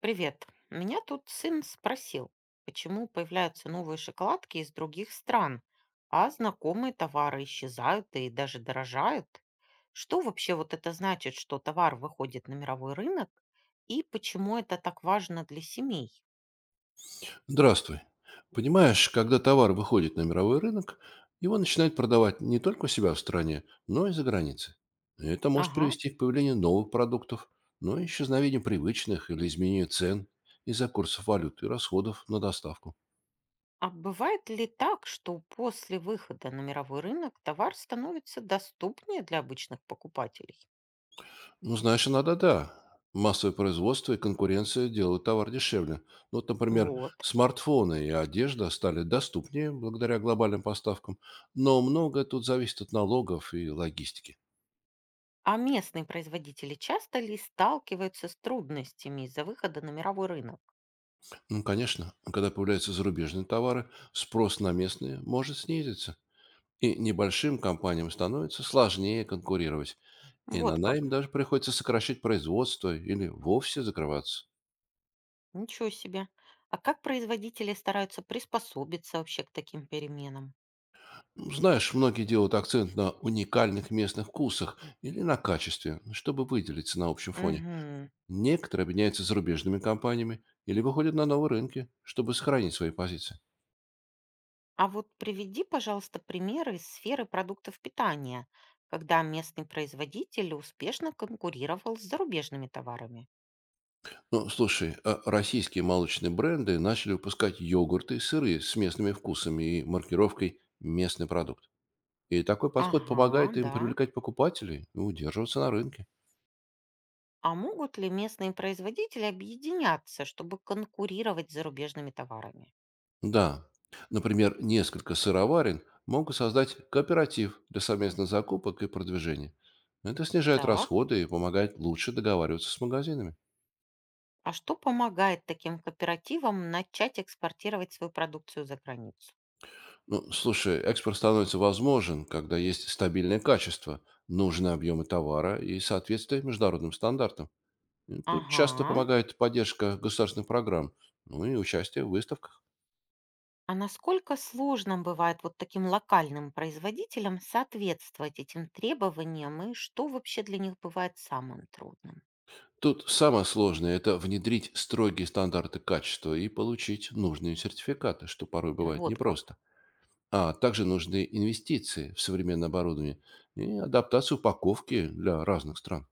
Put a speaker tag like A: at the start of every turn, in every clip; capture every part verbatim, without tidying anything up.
A: Привет. Меня тут сын спросил, почему появляются новые шоколадки из других стран, а знакомые товары исчезают и даже дорожают. Что вообще вот это значит, что товар выходит на мировой рынок, и почему это так важно для семей?
B: Здравствуй. Понимаешь, когда товар выходит на мировой рынок, его начинают продавать не только у себя в стране, но и за границей. Это может
A: Ага.
B: привести к появлению новых продуктов, но и исчезновению привычных или изменению цен из-за курсов валют и расходов на доставку.
A: А бывает ли так, что после выхода на мировой рынок товар становится доступнее для обычных покупателей?
B: Ну, знаешь, иногда да. Массовое производство и конкуренция делают товар дешевле. Ну, вот, например,
A: Вот.
B: смартфоны и одежда стали доступнее благодаря глобальным поставкам, но многое тут зависит от налогов и логистики.
A: А местные производители часто ли сталкиваются с трудностями из-за выхода на мировой рынок?
B: Ну, конечно, когда появляются зарубежные товары, спрос на местные может снизиться. И небольшим компаниям становится сложнее конкурировать. И
A: Вот
B: иногда
A: как.
B: им даже приходится сокращать производство или вовсе закрываться.
A: Ничего себе. А как производители стараются приспособиться вообще к таким переменам?
B: Ну, Знаешь, многие делают акцент на уникальных местных вкусах или на качестве, чтобы выделиться на общем фоне.
A: Мгм.
B: Некоторые объединяются с зарубежными компаниями или выходят на новые рынки, чтобы сохранить свои позиции.
A: А вот приведи, пожалуйста, примеры из сферы продуктов питания, когда местный производитель успешно конкурировал с зарубежными товарами.
B: Ну, слушай, а российские молочные бренды начали выпускать йогурты, сыры с местными вкусами и маркировкой «местный продукт». И такой подход
A: Ага,
B: помогает им
A: да.
B: привлекать покупателей и удерживаться на рынке.
A: А могут ли местные производители объединяться, чтобы конкурировать с зарубежными товарами?
B: Да, например, несколько сыроварен могут создать кооператив для совместных закупок и продвижения. Это снижает
A: Так.
B: расходы и помогает лучше договариваться с магазинами.
A: А что помогает таким кооперативам начать экспортировать свою продукцию за границу?
B: Ну, слушай, экспорт становится возможен, когда есть стабильное качество, нужные объемы товара и соответствие международным стандартам. Тут часто
A: Ага.
B: помогает поддержка государственных программ, ну и участие в выставках.
A: А насколько сложно бывает вот таким локальным производителям соответствовать этим требованиям и что вообще для них бывает самым трудным?
B: Тут самое сложное — это внедрить строгие стандарты качества и получить нужные сертификаты, что порой бывает
A: Вот как.
B: непросто. А также нужны инвестиции в современное оборудование и адаптацию упаковки для разных стран.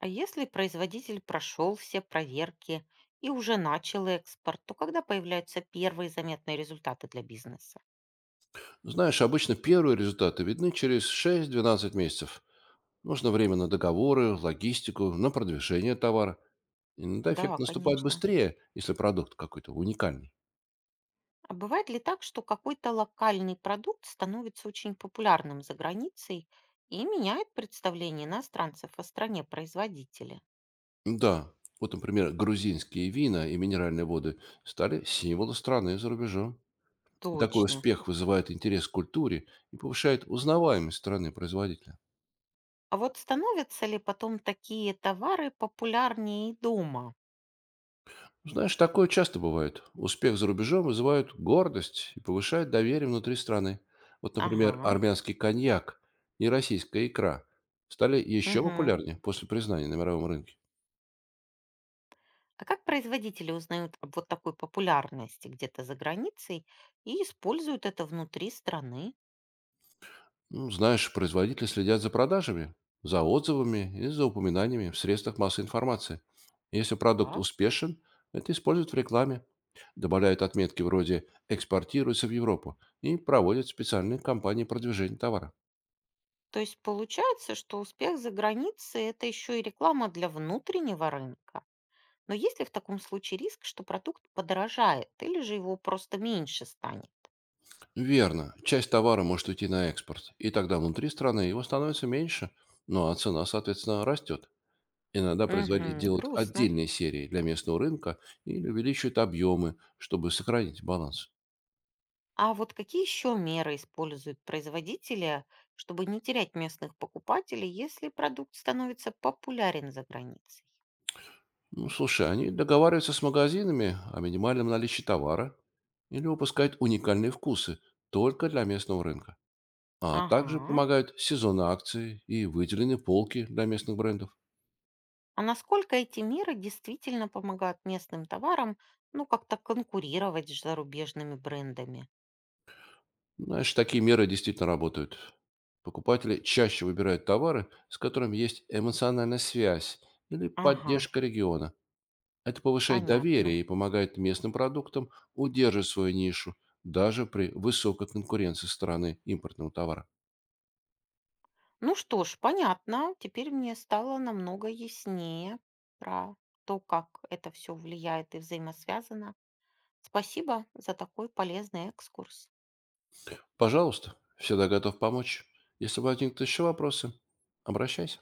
A: А если производитель прошел все проверки и уже начал экспорт, то когда появляются первые заметные результаты для бизнеса?
B: Знаешь, обычно первые результаты видны через шесть-двенадцать месяцев. Нужно время на договоры, логистику, на продвижение товара. Иногда
A: Да,
B: эффект наступает
A: конечно.
B: быстрее, если продукт какой-то уникальный.
A: А бывает ли так, что какой-то локальный продукт становится очень популярным за границей и меняет представление иностранцев о стране производителя?
B: Да, вот, например, грузинские вина и минеральные воды стали символом страны за рубежом. Такой
A: Точно.
B: успех вызывает интерес к культуре и повышает узнаваемость страны-производителя.
A: А вот становятся ли потом такие товары популярнее и дома?
B: Знаешь, такое часто бывает. Успех за рубежом вызывает гордость и повышает доверие внутри страны. Вот, например,
A: Ага,
B: армянский коньяк и российская икра стали еще
A: мгм.
B: популярнее после признания на мировом рынке.
A: А как производители узнают об вот такой популярности где-то за границей и используют это внутри страны?
B: Ну, знаешь, производители следят за продажами, за отзывами и за упоминаниями в средствах массовой информации. Если продукт
A: Так.
B: успешен, это используют в рекламе. Добавляют отметки вроде «экспортируется в Европу» и проводят специальные кампании продвижения товара.
A: То есть получается, что успех за границей – это еще и реклама для внутреннего рынка. Но есть ли в таком случае риск, что продукт подорожает или же его просто меньше станет?
B: Верно, часть товара может уйти на экспорт, и тогда внутри страны его становится меньше, ну а цена, соответственно, растет. Иногда производители
A: Угу,
B: делают
A: грустно.
B: отдельные серии для местного рынка или увеличивают объемы, чтобы сохранить баланс.
A: А вот какие еще меры используют производители, чтобы не терять местных покупателей, если продукт становится популярен за границей?
B: Ну, слушай, они договариваются с магазинами о минимальном наличии товара или выпускают уникальные вкусы только для местного рынка. А также
A: Ага.
B: помогают сезонные акции и выделенные полки для местных брендов.
A: А насколько эти меры действительно помогают местным товарам, ну, как-то конкурировать с зарубежными брендами?
B: Знаешь, такие меры действительно работают. Покупатели чаще выбирают товары, с которыми есть эмоциональная связь или
A: Ага,
B: поддержка региона. Это повышает доверие
A: понятно.
B: и помогает местным продуктам удерживать свою нишу даже при высокой конкуренции со стороны импортного товара.
A: Ну что ж, понятно. Теперь мне стало намного яснее про то, как это все влияет и взаимосвязано. Спасибо за такой полезный экскурс.
B: Пожалуйста, всегда готов помочь. Если возникнут еще вопросы, обращайся.